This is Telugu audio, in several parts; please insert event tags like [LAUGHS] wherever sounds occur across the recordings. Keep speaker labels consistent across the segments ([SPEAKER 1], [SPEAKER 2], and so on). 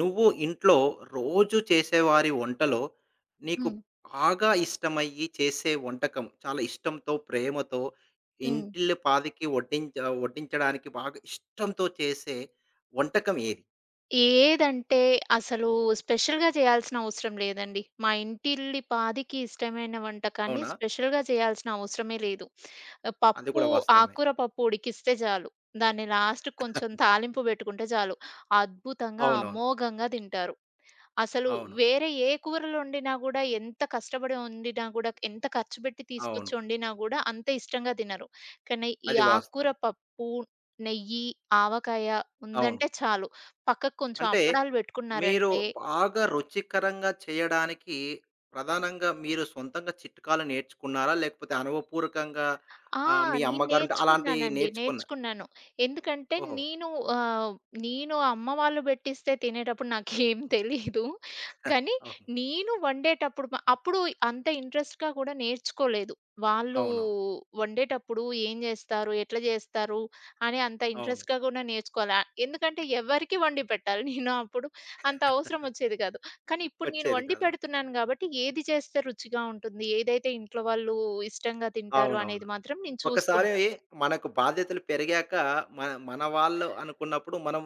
[SPEAKER 1] నువ్వు ఇంట్లో రోజు చేసేవారి వంటలో నీకు
[SPEAKER 2] హ్మ్.
[SPEAKER 1] బాగా ఇష్టమయ్యి చేసే వంటకం చాలా ఇష్టంతో, ప్రేమతో,
[SPEAKER 2] హ్మ్.
[SPEAKER 1] ఇంటిల్లి పాదికి వడ్డించ వడ్డించడానికి బాగా ఇష్టంతో చేసే వంటకం ఏది?
[SPEAKER 2] ఏదంటే అసలు స్పెషల్‌గా చేయాల్సిన అవసరం లేదండి. మా ఇంటిల్లిపాదికి ఇష్టమైన వంటకాన్ని
[SPEAKER 1] అవునా?
[SPEAKER 2] స్పెషల్‌గా చేయాల్సిన అవసరమే లేదు. ఆహ్,
[SPEAKER 1] అది
[SPEAKER 2] పప్పు
[SPEAKER 1] కూడా వాస్తవమే.
[SPEAKER 2] ఆకుకూర పప్పు ఉడికిస్తే చాలు. దాన్ని లాస్ట్‌కి కొంచెం
[SPEAKER 1] [LAUGHS]
[SPEAKER 2] తాలింపు పెట్టుకుంటే చాలు. అద్భుతంగా
[SPEAKER 1] అవునవును.
[SPEAKER 2] అమోఘంగా తింటారు. అసలు
[SPEAKER 1] అవును.
[SPEAKER 2] వేరే ఏ కూరలొండినా గూడా, ఎంత కష్టపడి వండినా గూడా, ఎంత ఖర్చు పెట్టి
[SPEAKER 1] అవును.
[SPEAKER 2] తీసుకొచ్చి వండినా గూడా అంత ఇష్టంగా తినరు. కానీ ఈ
[SPEAKER 1] అది వాస్తవం.
[SPEAKER 2] ఆకుకూర పప్పు, నెయ్యి, ఆవకాయ
[SPEAKER 1] అవును.
[SPEAKER 2] ఉందంటే చాలు. పక్కకు కొంచెం
[SPEAKER 1] అంటే
[SPEAKER 2] అప్పడాలు
[SPEAKER 1] మీరు
[SPEAKER 2] పెట్టుకున్నారంటే
[SPEAKER 1] బాగా రుచికరంగా చేయడానికి ప్రధానంగా మీరు సొంతంగా చిట్కాలు నేర్చుకున్నారా? లేకపోతే అనుభవపూర్వకంగా
[SPEAKER 2] ఆ!
[SPEAKER 1] మీ
[SPEAKER 2] నేను
[SPEAKER 1] అమ్మగారుంటే అలాంటియి
[SPEAKER 2] నేర్చుకున్నానండి.
[SPEAKER 1] నేర్చుకున్న
[SPEAKER 2] నేర్చుకున్నాను. ఎందుకంటే
[SPEAKER 1] ఓహో!
[SPEAKER 2] ఆహ్, నేను అమ్మ వాళ్ళు పెట్టిస్తే తినేటప్పుడు నాకేం తెలీదు. కానీ
[SPEAKER 1] అవును.
[SPEAKER 2] నేను వండేటప్పుడు అప్పుడు అంత ఇంట్రెస్ట్‌గా కూడా నేర్చుకోలేదు. వాళ్ళు
[SPEAKER 1] అవునవును.
[SPEAKER 2] వండేటప్పుడు ఏం జేస్తారు? ఎట్లా జేస్తారు? అని అంత
[SPEAKER 1] అవును.
[SPEAKER 2] ఇంట్రెస్ట్‌గా గూడా నేర్చుకోలే. ఎందుకంటే ఎవరికీ వండి పెట్టాలి. నేను అప్పుడు అంత అవసరం
[SPEAKER 1] [LAUGHS]
[SPEAKER 2] వచ్చేది కాదు. కానీ ఇప్పుడు నేను
[SPEAKER 1] వచ్చేది
[SPEAKER 2] వండి
[SPEAKER 1] కదా!
[SPEAKER 2] పెడుతున్నాను గాబట్టి, ఏది చేస్తే రుచిగా ఉంటుంది, ఏదైతే ఇంట్లో వాళ్ళు ఇష్టంగా తింటారు
[SPEAKER 1] అవునవును.
[SPEAKER 2] అనేది మాత్రం నేను
[SPEAKER 1] ఒకసారి
[SPEAKER 2] చూసుకుంటా.
[SPEAKER 1] మనకు బాధ్యతలు పెరిగాక మన మన వాళ్ళు అనుకున్నప్పుడు మనం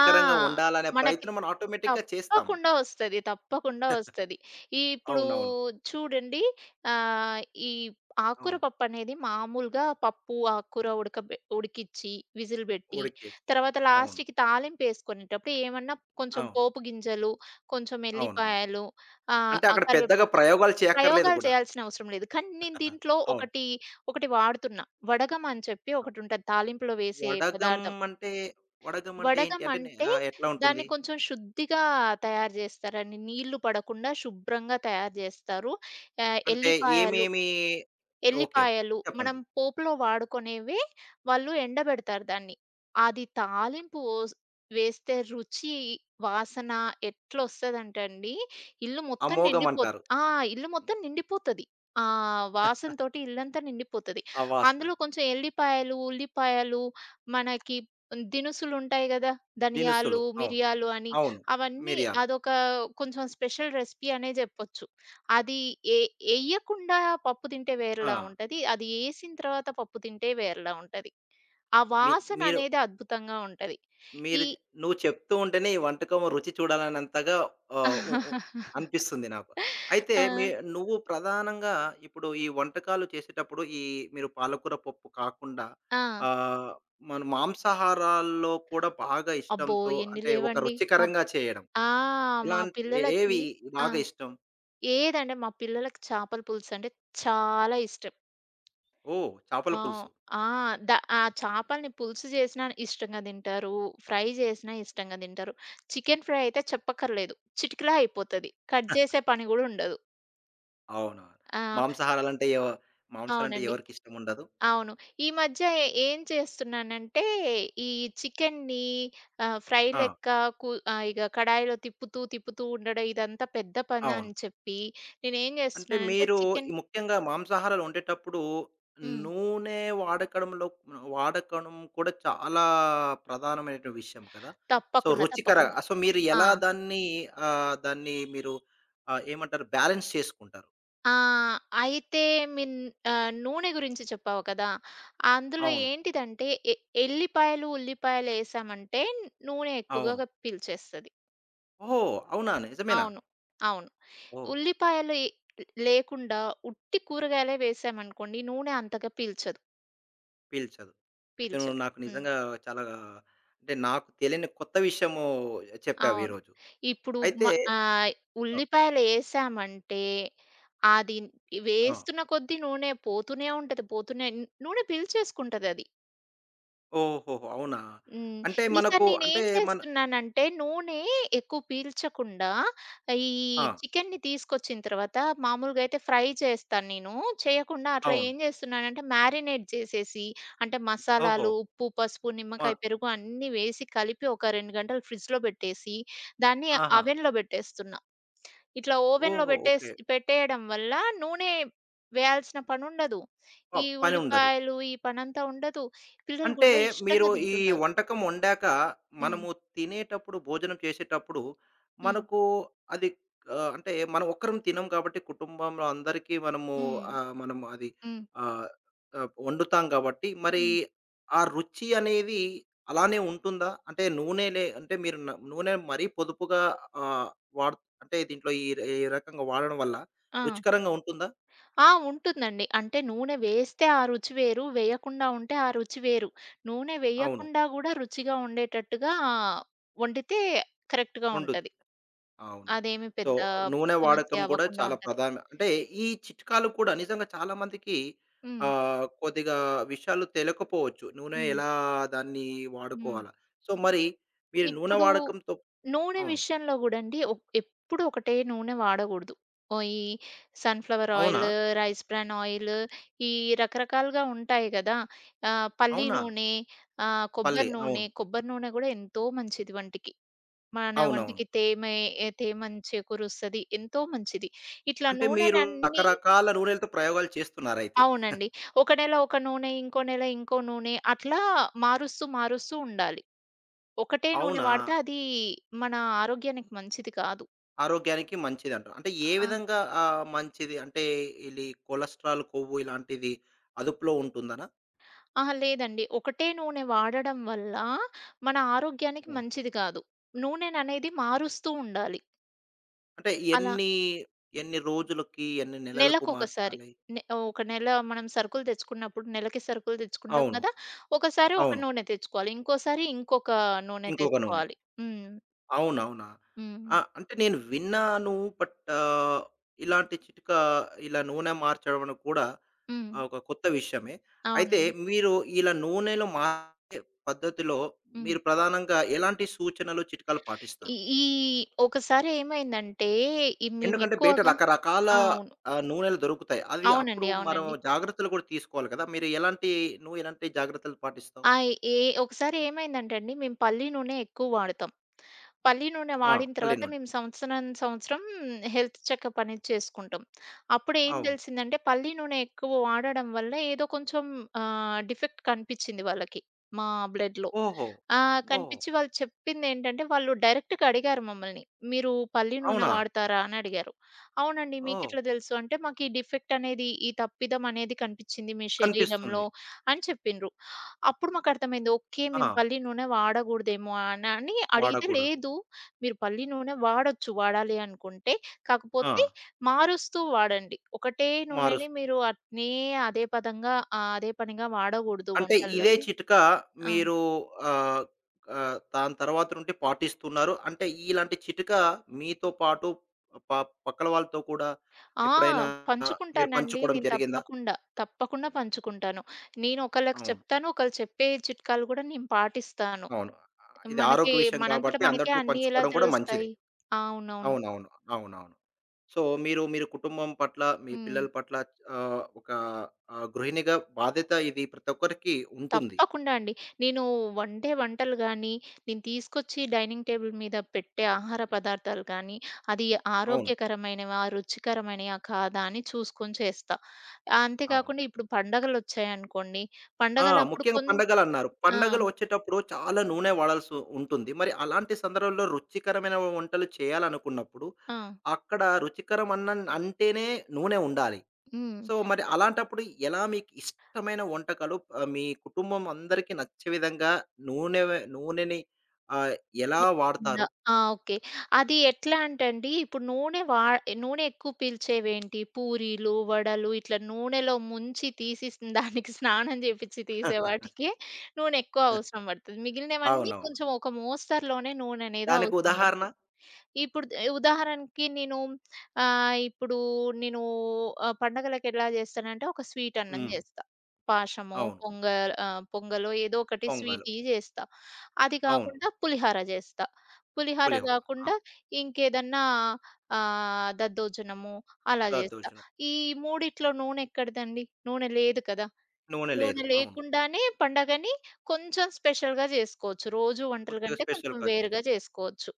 [SPEAKER 2] ఆ!
[SPEAKER 1] వండాలనే
[SPEAKER 2] మనకి
[SPEAKER 1] ప్రయత్నం మనం ఆటోమేటిక్‌గా చేస్తాం అది.
[SPEAKER 2] తప్పకుండా వస్తది. తప్పకుండా వస్తది. ఇప్పుడు
[SPEAKER 1] అవునవును.
[SPEAKER 2] చూడండి. ఆహ్, ఈ ఆకుకూర
[SPEAKER 1] అవును.
[SPEAKER 2] పప్పనేది మామూలుగా పప్పు, ఆకుకూర ఉడికిచ్చి, విజిల్ బెట్టి,
[SPEAKER 1] ఉడికేసి.
[SPEAKER 2] తర్వాత
[SPEAKER 1] అవును.
[SPEAKER 2] లాస్ట్‌కి తాలింపేసుకునేటప్పుడు ఏమన్నా కొంచెం
[SPEAKER 1] అవును.
[SPEAKER 2] పోపు గింజలు, కొంచెం
[SPEAKER 1] అవునవును.
[SPEAKER 2] ఎల్లిపాయలు,
[SPEAKER 1] అంటే
[SPEAKER 2] ఆ
[SPEAKER 1] అక్కడ పెద్దగా
[SPEAKER 2] కరివేపాకు.
[SPEAKER 1] ప్రయోగాలు చేయక్కర్లేదు
[SPEAKER 2] ప్రయోగాలు
[SPEAKER 1] గూడా.
[SPEAKER 2] చేయాల్సిన అవసరం లేదు. కానీ నేను
[SPEAKER 1] [LAUGHS]
[SPEAKER 2] దీంట్లో
[SPEAKER 1] అవును.
[SPEAKER 2] ఒకటి వాడుతున్నా. వడగమ అని చెప్పి
[SPEAKER 1] ఆ!
[SPEAKER 2] ఒకటుంటది తాలింపులో వేసే
[SPEAKER 1] వడగం
[SPEAKER 2] పదార్థం.
[SPEAKER 1] అంటే, వడగం అంటే ఏంటి?
[SPEAKER 2] వడగం అంటే
[SPEAKER 1] ఎట్లా ఉంటుంది?
[SPEAKER 2] దాన్ని కొంచెం శుద్ధిగా తయారు జేస్తారండి. నీళ్లు పడకుండా శుభ్రంగా తయారు జేస్తారు. ఆహ్,
[SPEAKER 1] అంటే
[SPEAKER 2] ఎల్లిపాయలు
[SPEAKER 1] ఏమేమి ఓకే. ఓకే.
[SPEAKER 2] ఎల్లిపాయలు
[SPEAKER 1] చెప్పండి.
[SPEAKER 2] మనం పోపులో వాడుకునేవే. వాళ్ళు ఎండబెడతారు దాన్ని. అది తాలింపు వోస్ వేస్తే రుచి, వాసన ఎట్లొస్తదంటే అండి, ఇల్లు మొత్తం
[SPEAKER 1] అమోఘం
[SPEAKER 2] నిండిపో
[SPEAKER 1] అంటారు.
[SPEAKER 2] ఆ! ఇల్లు మొత్తం నిండిపోతది. ఆ వాసనతోటి ఇల్లంతా నిండిపోతది.
[SPEAKER 1] ఆ వాసన.
[SPEAKER 2] అందులో కొంచెం ఎల్లిపాయలు, ఉల్లిపాయలు, మనకి దినుసులుంటాయి గదా! ధనియాలు,
[SPEAKER 1] దినుసులు. అవును.
[SPEAKER 2] మిరియాలు అని
[SPEAKER 1] అవును.
[SPEAKER 2] అవన్నీ
[SPEAKER 1] మిరియాలు.
[SPEAKER 2] అదొక కొంచెం స్పెషల్ రెసిపీ అనే జెప్పొచ్చు. అది ఏ ఎయ్యకుండా పప్పు తింటే
[SPEAKER 1] ఆ!
[SPEAKER 2] వేరేలా ఉంటది. అది ఏసిన తర్వాత పప్పు తింటే వేరేలా ఉంటది. ఆ
[SPEAKER 1] మీ
[SPEAKER 2] వాసన
[SPEAKER 1] మీరు
[SPEAKER 2] అనేది అద్భుతంగా ఉంటది. ఈ
[SPEAKER 1] మీరు చె- నువ్వు చెప్తూ ఉంటేనే ఈ వంటకం రుచి చూడాలన్నంతగా ఆహ్, ఉ ఉ
[SPEAKER 2] [LAUGHS]
[SPEAKER 1] అనిపిస్తుంది నాకు. అయితే
[SPEAKER 2] ఆ!
[SPEAKER 1] మీ నువ్వు ప్రధానంగా ఇప్పుడు ఈ వంటకాలు చేసేటప్పుడు మీరు పాలకూర పప్పు కాకుండా
[SPEAKER 2] ఆ!
[SPEAKER 1] ఆహ్, మన మాంసాహారాల్లో కూడా బాగా
[SPEAKER 2] అబ్బో!
[SPEAKER 1] ఇష్టంతో
[SPEAKER 2] ఎన్ని
[SPEAKER 1] అంటే ఒక
[SPEAKER 2] లేవండి. మా
[SPEAKER 1] రుచికరంగా చేయడం.
[SPEAKER 2] ఆ! మా
[SPEAKER 1] ఇలాంటి ఏ
[SPEAKER 2] పిల్లలకి
[SPEAKER 1] ఏవి
[SPEAKER 2] ఆ!
[SPEAKER 1] బాగా ఇష్టం?
[SPEAKER 2] ఏదంటే మా పిల్లలకి చేపల పులుసంటే చాలా ఇష్టం.
[SPEAKER 1] ఓహ్! చేపల
[SPEAKER 2] ఆ!
[SPEAKER 1] పులుసు.
[SPEAKER 2] ఆ! ద ఆ చేపల్ని పులుసు జేసినా ఇష్టంగా దింటారు. ఫ్రై జేసినా ఇష్టంగా దింటారు. చికెన్ ఫ్రై అయితే చెప్పక్కర్లేదు. చిటికెలా అయిపోతది. కట్ జేసే పని గూడా ఉండదు.
[SPEAKER 1] అవునా!
[SPEAKER 2] ఆ!
[SPEAKER 1] మాంసాహారాలంటే ఎవ మాంసాలంటే
[SPEAKER 2] అవునండి.
[SPEAKER 1] ఎవరికిష్టముండదు.
[SPEAKER 2] అవును. ఈ మధ్య ఏం చేస్తున్నానంటే, ఈ చికెన్‌ని ఫ్రై
[SPEAKER 1] ఆ!
[SPEAKER 2] లెక్క కు ఆహ్, ఇగ కడాయిలో తిప్పుతూ, తిప్పుతూ ఉండడం ఇదంతా పెద్ద పని
[SPEAKER 1] అవును.
[SPEAKER 2] అని చెప్పి నేనేం
[SPEAKER 1] అంటే
[SPEAKER 2] జేస్తున్నానంటే
[SPEAKER 1] మీరు ఈ
[SPEAKER 2] చికెన్.
[SPEAKER 1] ముఖ్యంగా మాంసాహారాలు వండేటప్పుడు
[SPEAKER 2] హ్మ్.
[SPEAKER 1] నూనె వాడకంలో వాడకడం కూడా చాలా ప్రధానమైన విషయం కదా! సో,
[SPEAKER 2] తప్పకుండా.
[SPEAKER 1] రుచికర
[SPEAKER 2] తప్పకుండా.
[SPEAKER 1] సో, మీరు
[SPEAKER 2] ఆ!
[SPEAKER 1] ఎలా దాన్ని దాన్ని మీరు ఏమంటారు బ్యాలెన్స్ చేసుకుంటారు?
[SPEAKER 2] ఆ! అయితే మీన్ నూనె గురించి చెప్పావు కదా! అందులో
[SPEAKER 1] అవును.
[SPEAKER 2] ఏంటిదంటే ఎల్లిపాయలు, ఉల్లిపాయలేసామంటే నూనె
[SPEAKER 1] అవును.
[SPEAKER 2] ఎక్కువగా పీల్చేస్తది.
[SPEAKER 1] ఓహ్! అవునా? నిజమేనా?
[SPEAKER 2] అవును. అవును.
[SPEAKER 1] ఓహ్!
[SPEAKER 2] ఉల్లిపాయలు లేకుండా ఉట్టి కూరగాయలే వేసామనుకోండి నూనె అంతగా పీల్చదు.
[SPEAKER 1] పీల్చదు. అయితే నువ్వు
[SPEAKER 2] పీల్చదు.
[SPEAKER 1] నాకు
[SPEAKER 2] హ్మ్.
[SPEAKER 1] నిజంగా చాలా అంటే నాకు తెలియని కొత్త విషయము చెప్పావు
[SPEAKER 2] అవును.
[SPEAKER 1] ఈరోజు.
[SPEAKER 2] ఇప్పుడు
[SPEAKER 1] అయితే
[SPEAKER 2] మ ఆహ్,
[SPEAKER 1] ఆ!
[SPEAKER 2] ఉల్లిపాయలేసామంటే అది
[SPEAKER 1] ఆ!
[SPEAKER 2] వేస్తున్న కొద్దీ నూనె పోతూనే ఉంటది. నూనె పీల్చేసుకుంటదది.
[SPEAKER 1] ఓహోహో! అవునా?
[SPEAKER 2] హ్మ్.
[SPEAKER 1] అంటే
[SPEAKER 2] ఈసారి
[SPEAKER 1] మనకు అంటే
[SPEAKER 2] నేనేం
[SPEAKER 1] మన
[SPEAKER 2] చేస్తున్నానంటే నూనె ఎక్కువ పీల్చకుండా ఈ
[SPEAKER 1] ఆ!
[SPEAKER 2] చికెన్‌ని తీసుకొచ్చిన తర్వాత మామూలుగా అయితే ఫ్రై చేస్తాను నేను. చేయకుండా అట్లా
[SPEAKER 1] అవును.
[SPEAKER 2] ఏం చేస్తున్నానంటే మ్యారినేట్ చేసేసి అంటే
[SPEAKER 1] ఓహో!
[SPEAKER 2] మసాలాలు, ఉప్పు, పసుపు,
[SPEAKER 1] ఆ!
[SPEAKER 2] నిమ్మకాయ, పెరుగు అన్నీ వేసి కలిపి ఒక 2 గంటలు ఫ్రిడ్జ్‌లో పెట్టేసి దాన్ని
[SPEAKER 1] ఆహా!
[SPEAKER 2] అవెన్‌లో పెట్టేస్తున్నా. ఇట్లా ఓవెన్‌లో
[SPEAKER 1] ఓహో! ఓకే.
[SPEAKER 2] పెట్టేసి పెట్టేయడం వల్ల నూనె వేయాల్సిన పనుండదు.
[SPEAKER 1] ప
[SPEAKER 2] ఈ
[SPEAKER 1] పని ఉండదు.
[SPEAKER 2] ఉల్లిపాయలు ఈ పనంతా ఉండదు. పిల్లలు
[SPEAKER 1] అంటే
[SPEAKER 2] కూడా
[SPEAKER 1] మీరు
[SPEAKER 2] ఇష్టంగా
[SPEAKER 1] ఈ
[SPEAKER 2] తింటున్నారు.
[SPEAKER 1] వంటకం వండాక
[SPEAKER 2] హ్మ్.
[SPEAKER 1] మనము తినేటప్పుడు, భోజనం చేసేటప్పుడు
[SPEAKER 2] హ్మ్.
[SPEAKER 1] మనకు అది అంటే మనం ఒక్కరం తినం కాబట్టి కుటుంబంలో అందరికీ మనము
[SPEAKER 2] హ్మ్.
[SPEAKER 1] మనం అది
[SPEAKER 2] హ్మ్.
[SPEAKER 1] ఆహ్, ఆహ్, వండుతాం కాబట్టి మరి
[SPEAKER 2] హ్మ్.
[SPEAKER 1] ఆ రుచి అనేది అలానే ఉంటుందా? అంటే నూనెలే అంటే మీరు న నూనె మరీ పొదుపుగా ఆహ్, వాడు అంటే దీంట్లో ఈ ఈ రకంగా వాడడం వల్ల
[SPEAKER 2] ఆ!
[SPEAKER 1] రుచికరంగా ఉంటుందా?
[SPEAKER 2] ఆ! ఉంటుందండి. అంటే నూనె వేస్తే ఆ రుచి వేరు. వేయకుండా ఉంటే ఆ రుచి వేరు. నూనె
[SPEAKER 1] అవును.
[SPEAKER 2] వేయకుండా గూడా రుచిగా ఉండేటట్టుగా వండితే కరెక్ట్‌గా
[SPEAKER 1] ఉండదు.
[SPEAKER 2] ఉంటది.
[SPEAKER 1] అవునవును.
[SPEAKER 2] అదేమి
[SPEAKER 1] సో,
[SPEAKER 2] పెద్ద
[SPEAKER 1] నూనె
[SPEAKER 2] సమస్య
[SPEAKER 1] వాడకం కూడా
[SPEAKER 2] అవ్వకుండా
[SPEAKER 1] చాలా
[SPEAKER 2] ఉంటది.
[SPEAKER 1] ప్రధానం. అంటే ఈ చిట్కాలు కూడా నిజంగా చాలామందికి
[SPEAKER 2] హ్మ్.
[SPEAKER 1] కొద్దిగా విషయాలు తెలియకపోవచ్చు. నూనె
[SPEAKER 2] హ్మ్.
[SPEAKER 1] ఎలా దాన్ని
[SPEAKER 2] హ్మ్.
[SPEAKER 1] వాడుకోవాలా? సో, మరి మీరు నూనె
[SPEAKER 2] ఇప్పుడు
[SPEAKER 1] వాడకంతో
[SPEAKER 2] నూనె
[SPEAKER 1] అవును.
[SPEAKER 2] విషయంలో గూడండి ఎప్పుడు ఒకటే నూనె వాడగూడదు. ఓహ్! ఈ సన్‌ఫ్లవర్
[SPEAKER 1] అవునా?
[SPEAKER 2] ఆయిల్, రైస్ బ్రాన్ ఆయిల్, ఈ రకరకాలుగా ఉంటాయి గదా! ఆహ్, పల్లి
[SPEAKER 1] అవునా?
[SPEAKER 2] నూనె, ఆహ్,
[SPEAKER 1] పల్లి.
[SPEAKER 2] కొబ్బరి
[SPEAKER 1] అవును.
[SPEAKER 2] నూనె, కొబ్బరి నూనె గూడా ఎంతో మంచిది వంటికి. మన
[SPEAKER 1] అవునవును.
[SPEAKER 2] వంటికి తేమె ఎ తేమని చేకూరుస్తది. ఎంతో మంచిది. ఇట్లా
[SPEAKER 1] అంటే మీరు
[SPEAKER 2] నూనెలన్నీ
[SPEAKER 1] రకరకాల నూనెలతో ప్రయోగాలు చేస్తున్నారయితే.
[SPEAKER 2] అవునండి. ఒక నెల ఒక నూనె, ఇంకో నెల ఇంకో నూనె అట్లా మారుస్తూ, మారుస్తూ ఉండాలి. ఒకటే నూనె
[SPEAKER 1] అవునా?
[SPEAKER 2] వాడితే అది మన ఆరోగ్యానికి మంచిది కాదు.
[SPEAKER 1] ఆరోగ్యానికి మంచిదంటారు. అంటే ఏ
[SPEAKER 2] ఆ!
[SPEAKER 1] విధంగా మంచిది? అంటే ఇది కొలెస్ట్రాల్, కొవ్వు ఇలాంటిది అదుపులో ఉంటుందనా?
[SPEAKER 2] అహా! లేదండి. ఒకటే నూనె వాడడం వల్ల మన ఆరోగ్యానికి
[SPEAKER 1] హ్మ్.
[SPEAKER 2] మంచిది కాదు. నూనెననేది మారుస్తూ ఉండాలి.
[SPEAKER 1] అంటే
[SPEAKER 2] అలా
[SPEAKER 1] ఎన్ని, ఎన్ని రోజులకి, ఎన్ని నెలలకు
[SPEAKER 2] నెలకొకసారి.
[SPEAKER 1] మార్చాలి?
[SPEAKER 2] నె ఒక నెల మనం సరుకులు తెచ్చుకున్నప్పుడు నెలకి సరుకులు తెచ్చుకుంటాం
[SPEAKER 1] అవును.
[SPEAKER 2] కదా! ఒకసారి ఒక
[SPEAKER 1] అవును.
[SPEAKER 2] నూనె తెచ్చుకోవాలి. ఇంకోసారి ఇంకొక నూనె
[SPEAKER 1] ఇంకొక నూనె.
[SPEAKER 2] తెచ్చుకోవాలి. హ్మ్.
[SPEAKER 1] అవునవునా?
[SPEAKER 2] హ్మ్.
[SPEAKER 1] ఆ! అంటే నేను విన్నాను. బట్ ఇలాంటి చిట్కా ఇలా నూనె మార్చడం అనేది కూడా
[SPEAKER 2] హ్మ్.
[SPEAKER 1] ఒక కొత్త విషయమే. అయితే
[SPEAKER 2] అవునండి.
[SPEAKER 1] మీరు ఇలా నూనెలు మార్చే పద్ధతిలో
[SPEAKER 2] హ్మ్.
[SPEAKER 1] మీరు ప్రధానంగా ఎలాంటి సూచనలు, చిట్కాలు పాటిస్తారు?
[SPEAKER 2] ఈ ఈ ఒకసారి ఏమైందంటే ఈ
[SPEAKER 1] ఎందుకంటే బయట
[SPEAKER 2] మేమెక్కువగా
[SPEAKER 1] రకరకాల
[SPEAKER 2] ఆ! అవును.
[SPEAKER 1] నూనెలు దొరుకుతాయి. అవి అప్పుడు
[SPEAKER 2] అవునండి.
[SPEAKER 1] మనం
[SPEAKER 2] అవునండి.
[SPEAKER 1] జాగ్రత్తలు కూడా తీసుకోవాలి కదా! మీరు ఎలాంటి నువ్వు ఎలాంటి జాగ్రత్తలు పాటిస్తావు?
[SPEAKER 2] ఆ! ఏ ఒకసారి ఏమైందంటే అండి మేము పల్లి నూనె ఎక్కువ వాడతాం. పల్లి నూనె
[SPEAKER 1] ఆ!
[SPEAKER 2] వాడిన
[SPEAKER 1] పల్లి
[SPEAKER 2] తర్వాత
[SPEAKER 1] నూనె.
[SPEAKER 2] మేము సంవత్సరం సంవత్సరం హెల్త్ చెకప్ అనేది చేసుకుంటాం. అప్పుడేం
[SPEAKER 1] అవును.
[SPEAKER 2] తెలిసిందంటే పల్లి నూనె ఎక్కువ వాడడం వల్ల ఏదో కొంచెం ఆహ్, డిఫెక్ట్ కనిపిచ్చింది వాళ్ళకి. మా బ్లడ్‌లో.
[SPEAKER 1] ఓహో!
[SPEAKER 2] ఆ!
[SPEAKER 1] ఓహ్!
[SPEAKER 2] కనిపిచ్చి వాళ్ళు చెప్పిందేంటంటే వాళ్ళు డైరెక్ట్‌గా అడిగారు మమ్మల్ని. "మీరు పల్లి నూనె
[SPEAKER 1] అవునా?
[SPEAKER 2] వాడతారా?" అని అడిగారు. "అవునండి.
[SPEAKER 1] ఓహ్!
[SPEAKER 2] మీకెట్లా తెలుసు?" అంటే, "మాకీ డిఫెక్ట్ అనేది, ఈ తప్పిదం అనేది కనిపిచ్చింది మీ శరీరంలో"
[SPEAKER 1] కనిపిస్తుంది.
[SPEAKER 2] అని చెప్పిండ్రు. అప్పుడు మాకర్థమైంది. ఓకే. మేము
[SPEAKER 1] ఆ!
[SPEAKER 2] పల్లి నూనె వాడగూడదేమో అని అని అడిగితే,
[SPEAKER 1] వాడకూడదు.
[SPEAKER 2] లేదు మీరు పల్లి నూనె వాడొచ్చు వాడాలి అనుకుంటే.
[SPEAKER 1] ఆ!
[SPEAKER 2] కాకపోతే మారుస్తూ వాడండి. ఒకటే నూనెని
[SPEAKER 1] మారుస్తూ
[SPEAKER 2] మీరు అట్నే అదే పదంగా ఆహ్, అదే పనిగా వాడగూడదు
[SPEAKER 1] అంటే ఇదే
[SPEAKER 2] వంటలలో.
[SPEAKER 1] చిట్కా
[SPEAKER 2] ఆ!
[SPEAKER 1] మీరు ఆహ్, ఆహ్, దాని తర్వాత నుండి పాటిస్తున్నారు. అంటే ఇలాంటి చిట్కా మీతో పాటు ప పక్కల వాళ్ళతో కూడా
[SPEAKER 2] ఆ!
[SPEAKER 1] ఎప్పుడైనా మీరు
[SPEAKER 2] పంచుకుంటానండి.
[SPEAKER 1] పంచుకోవడం
[SPEAKER 2] నేను
[SPEAKER 1] జరిగిందా?
[SPEAKER 2] తప్పకుండా. తప్పకుండా పంచుకుంటాను. నేను ఒకళ్ళకి
[SPEAKER 1] అవును.
[SPEAKER 2] చెప్తాను. ఒకళ్ళు చెప్పే చిట్కాలు గూడా నేను పాటిస్తాను.
[SPEAKER 1] అవును. ఇది
[SPEAKER 2] మనకి
[SPEAKER 1] ఆరోగ్య విషయం
[SPEAKER 2] మనంతట
[SPEAKER 1] కాబట్టి
[SPEAKER 2] మనకే
[SPEAKER 1] అందరితో
[SPEAKER 2] అన్నీ ఎలా
[SPEAKER 1] పంచుకోవడం కూడా మంచిదే.
[SPEAKER 2] తెలుస్తాయి? అవునవును.
[SPEAKER 1] అవునవును. అవునవును. సో, మీరు కుటుంబం పట్ల, మీ
[SPEAKER 2] హ్మ్.
[SPEAKER 1] పిల్లల పట్ల ఒక గృహిణిగా బాధ్యత ఇది ప్రతి ఒక్కరికి ఉంటుంది.
[SPEAKER 2] తప్పకుండా అండి. నేను వండే వంటలు గానీ, నేను తీసుకొచ్చి డైనింగ్ టేబుల్ మీద పెట్టే ఆహార పదార్థాలు గానీ, అది
[SPEAKER 1] అవును.
[SPEAKER 2] ఆరోగ్యకరమైనవా, రుచికరమైనయా కాదా అని చూసుకొని చేస్తా. అంతే
[SPEAKER 1] అవును.
[SPEAKER 2] కాకుండా ఇప్పుడు పండగలొచ్చాయనుకోండి,
[SPEAKER 1] ఆ!
[SPEAKER 2] పండగలప్పుడు
[SPEAKER 1] ముఖ్యంగా పండగలన్నారు.
[SPEAKER 2] ఆ!
[SPEAKER 1] పండగలు వచ్చేటప్పుడు చాలా నూనె వాడాల్సి ఉంటుంది. మరి అలాంటి సందర్భంలో రుచికరమైన వంటలు చేయాలనుకున్నప్పుడు,
[SPEAKER 2] ఆ!
[SPEAKER 1] అక్కడ రుచికరం అన్న అంటేనే నూనె ఉండాలి.
[SPEAKER 2] హ్మ్.
[SPEAKER 1] సో, మరి అలాంటప్పుడు ఎలా మీకు ఇష్టమైన వంటకాలు మీ కుటుంబం అందరికీ నచ్చే విధంగా నూనె నూనెని ఆహ్, ఎలా
[SPEAKER 2] లేకుండా
[SPEAKER 1] వాడతారు?
[SPEAKER 2] ఆ! ఓకే. అది ఎట్లా అంటే అండి, ఇప్పుడు నూనె వా నూనె ఎక్కువ పీల్చేవేంటి? పూరీలు, వడలు ఇట్లా నూనెలో ముంచి తీసేసిన దానికి స్నానం చేపిచ్చి తీసే వాటికి నూనె ఎక్కువ అవసరం పడతది. మిగిలినవన్నీ
[SPEAKER 1] అవునవును.
[SPEAKER 2] కొంచెం ఒక మోస్తరులోనే నూనె అనేది
[SPEAKER 1] దానికి
[SPEAKER 2] అవసరం
[SPEAKER 1] ఉదాహరణ?
[SPEAKER 2] పడతది. ఇప్పుడు ఉదాహరణకి నేను ఆహ్, ఇప్పుడు నేను ఆహ్, పండగలకి ఎలా చేస్తానంటే ఒక స్వీట్ అన్నం
[SPEAKER 1] హ్మ్.
[SPEAKER 2] చేస్తా. పాశమో,
[SPEAKER 1] అవును.
[SPEAKER 2] పొంగ ఆహ్, పొంగలో ఏదో ఒకటి
[SPEAKER 1] పొంగలు.
[SPEAKER 2] స్వీటీ చేస్తా. అది
[SPEAKER 1] అవును.
[SPEAKER 2] కాకుండా పులిహార జేస్తా. పులిహార
[SPEAKER 1] పులిహోర. ఆ!
[SPEAKER 2] గాకుండా ఇంకేదన్నా ఆహ్, దద్దోజనము అలా జేస్తా.
[SPEAKER 1] దద్దోజనం.
[SPEAKER 2] ఈ మూడిట్లో నూనె ఎక్కడిదండి? నూనె లేదు కదా!
[SPEAKER 1] నూనె లేదు.
[SPEAKER 2] నూనె
[SPEAKER 1] అవును.
[SPEAKER 2] లేకుండానే పండగని కొంచెం స్పెషల్‌గా జేసుకోవచ్చు. రోజు వంటల
[SPEAKER 1] కొద్దిగా
[SPEAKER 2] కంటే కొంచెం
[SPEAKER 1] స్పెషల్‌గా
[SPEAKER 2] వేరుగా
[SPEAKER 1] చేయొచ్చు.
[SPEAKER 2] జేసుకోవచ్చు.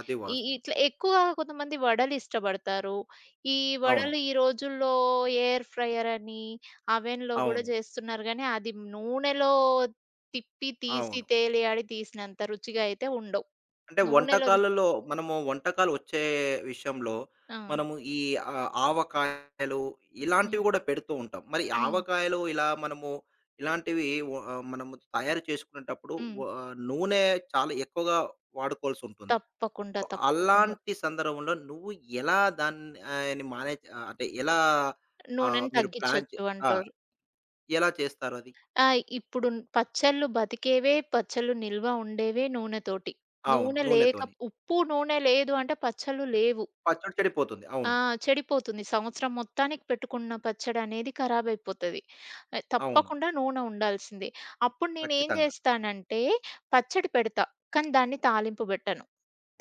[SPEAKER 1] అది
[SPEAKER 2] ఈ ఈ
[SPEAKER 1] వాస్తవమే.
[SPEAKER 2] ఇట్లా ఎక్కువ కొంతమంది వడలు ఇష్టపడతారు. ఈ
[SPEAKER 1] అవును.
[SPEAKER 2] వడలు ఈ రోజుల్లో ఎయిర్ ఫ్రైయర్ అని, అవెన్‌లో గూడా
[SPEAKER 1] అవును.
[SPEAKER 2] జేస్తున్నారు గానీ, అది నూనెలో తిప్పి తీసి
[SPEAKER 1] అవును.
[SPEAKER 2] తేలియాడి తీసినంత రుచిగా అయితే ఉండవు.
[SPEAKER 1] అంటే
[SPEAKER 2] నూనెలోది
[SPEAKER 1] వంటకాలలో మనము వంటకాలు వచ్చే విషయంలో
[SPEAKER 2] ఆ!
[SPEAKER 1] మనము ఆవకాయలు ఇలాంటివి
[SPEAKER 2] హ్మ్.
[SPEAKER 1] కూడా పెడుతూ ఉంటాం. మరి ఈ
[SPEAKER 2] హ్మ్.
[SPEAKER 1] ఆవకాయలు ఇలా మనము మనము తయారు చేసుకునేటప్పుడు
[SPEAKER 2] హ్మ్.
[SPEAKER 1] నూనె చాలా ఎక్కువగా వాడుకోవాల్సి ఉంటుంది.
[SPEAKER 2] తప్పకుండా.
[SPEAKER 1] సో
[SPEAKER 2] తప్పకుండా.
[SPEAKER 1] అలాంటి సందర్భంలో నువ్వు ఎలా దాన్ని ఆయన్ని మేనేజ్ అంటే ఎలా
[SPEAKER 2] నూనెని
[SPEAKER 1] మీరు ప్లాన్ చే
[SPEAKER 2] తగ్గించొచ్చు
[SPEAKER 1] ఆ!
[SPEAKER 2] అంటారు.
[SPEAKER 1] ఎలా చేస్తారు అది?
[SPEAKER 2] ఆ! ఇప్పుడు పచ్చళ్ళు బతికేవే, పచ్చళ్ళు నిల్వ ఉండేవే నూనెతోటి.
[SPEAKER 1] అవును.
[SPEAKER 2] నూనె లేక
[SPEAKER 1] నూనెతోని.
[SPEAKER 2] ఉప్పు, నూనె లేదు అంటే పచ్చళ్ళు లేవు.
[SPEAKER 1] పచ్చడి చెడిపోతుంది.
[SPEAKER 2] ఆ!
[SPEAKER 1] అవును.
[SPEAKER 2] చెడిపోతుంది. సంవత్సరం మొత్తానికి పెట్టుకున్న పచ్చడనేది ఖరాబయిపోతది. ఆహ్,
[SPEAKER 1] అవును.
[SPEAKER 2] తప్పకుండా నూనె ఉండాల్సిందే. అప్పుడు నేనేం
[SPEAKER 1] ఖచ్చితంగా.
[SPEAKER 2] జేస్తానంటే, పచ్చడి పెడతా, కానీ దాన్ని తాలింపు బెట్టను.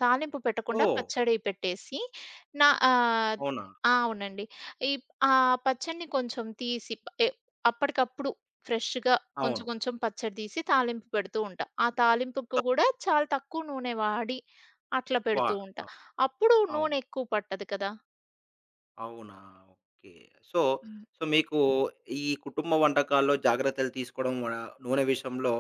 [SPEAKER 2] తాలింపు పెట్టకుండా
[SPEAKER 1] ఓహ్!
[SPEAKER 2] పచ్చడి పెట్టేసి, నా ఆహ్,
[SPEAKER 1] అవునా?
[SPEAKER 2] ఆ! అవునండి. ఈ ఆ పచ్చడిని కొంచెం తీసి ఎ అప్పటికప్పుడు ఫ్రెష్‌గా కొంచెం
[SPEAKER 1] అవును.
[SPEAKER 2] కొంచెం పచ్చడి తీసి తాలింపు పెడుతూ ఉంటా. ఆ తాలింపుకు గూడా చాలా తక్కువ నూనె వాడి, అట్లా
[SPEAKER 1] వా
[SPEAKER 2] పెడుతూ ఉంటా.
[SPEAKER 1] ఆ!
[SPEAKER 2] అప్పుడు నూనె
[SPEAKER 1] అవును.
[SPEAKER 2] ఎక్కువ పట్టదు కదా!
[SPEAKER 1] అవునా? ఓకే. సో,
[SPEAKER 2] హ్మ్.
[SPEAKER 1] సో, మీకు ఈ కుటుంబ వంటకాల్లో జాగ్రత్తలు తీసుకోవడం నూనె విషయంలో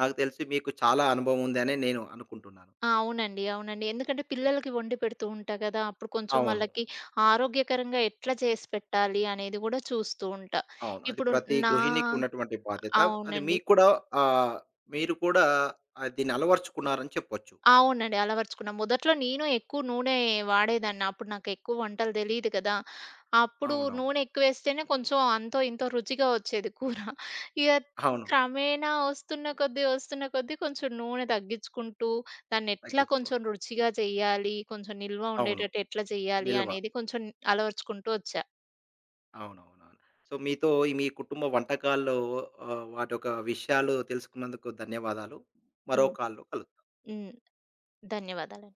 [SPEAKER 1] నాకు తెలిసి మీకు చాలా అనుభవం ఉందని నేను అనుకుంటున్నాను.
[SPEAKER 2] ఆ! అవునండి. అవునండి. ఎందుకంటే పిల్లలకి వండి పెడుతూ ఉంటా గదా! అప్పుడు కొంచెం
[SPEAKER 1] అవును.
[SPEAKER 2] వాళ్ళకి ఆరోగ్యకరంగా ఎట్లా చేసి పెట్టాలి అనేది గూడా చూస్తూ ఉంటా.
[SPEAKER 1] అవును. అది
[SPEAKER 2] ఇప్పుడు
[SPEAKER 1] ప్రతి
[SPEAKER 2] నా
[SPEAKER 1] గృహిణికి ఉన్నటువంటి బాధ్యత. అది
[SPEAKER 2] అవునండి.
[SPEAKER 1] మీకు కూడా ఆహ్, మీరు కూడా దీన్ని అలవరుచుకున్నారని చెప్పొచ్చు.
[SPEAKER 2] అవునండి. అలవరుచుకున్నా. మొదట్లో నేను ఎక్కువ నూనె వాడేదాన్ని. అప్పుడు నాకెక్కువ వంటలు తెలీదు కదా! అప్పుడు
[SPEAKER 1] అవునవును.
[SPEAKER 2] నూనె ఎక్కువేస్తేనే కొంచెం అంతో ఇంతో రుచిగా వచ్చేది కూర. ఇగ
[SPEAKER 1] అవును.
[SPEAKER 2] క్రమేణా ఒస్తున్న కొద్దీ, ఒస్తున్న కొద్దీ కొంచెం నూనె తగ్గించుకుంటూ, దాన్నెట్లా కొంచెం
[SPEAKER 1] తగ్గించుకోవాలి.
[SPEAKER 2] రుచిగా చెయ్యాలి, కొంచెం నిల్వ
[SPEAKER 1] అవును.
[SPEAKER 2] ఉండేటట్టు ఎట్లా చెయ్యాలి
[SPEAKER 1] నిల్వ.
[SPEAKER 2] అనేది కొంచెం అలవరుచుకుంటూ ఒచ్చా.
[SPEAKER 1] అవునవునవును. సో, మీతో ఈ మీ కుటుంబ వంటకాల్లో వాటి యొక్క విషయాలు తెలుసుకున్నందుకు ధన్యవాదాలు. మరో
[SPEAKER 2] హ్మ్.
[SPEAKER 1] కాల్‌లో కలుద్దాం.
[SPEAKER 2] హ్మ్. ధన్యవాదాలండి.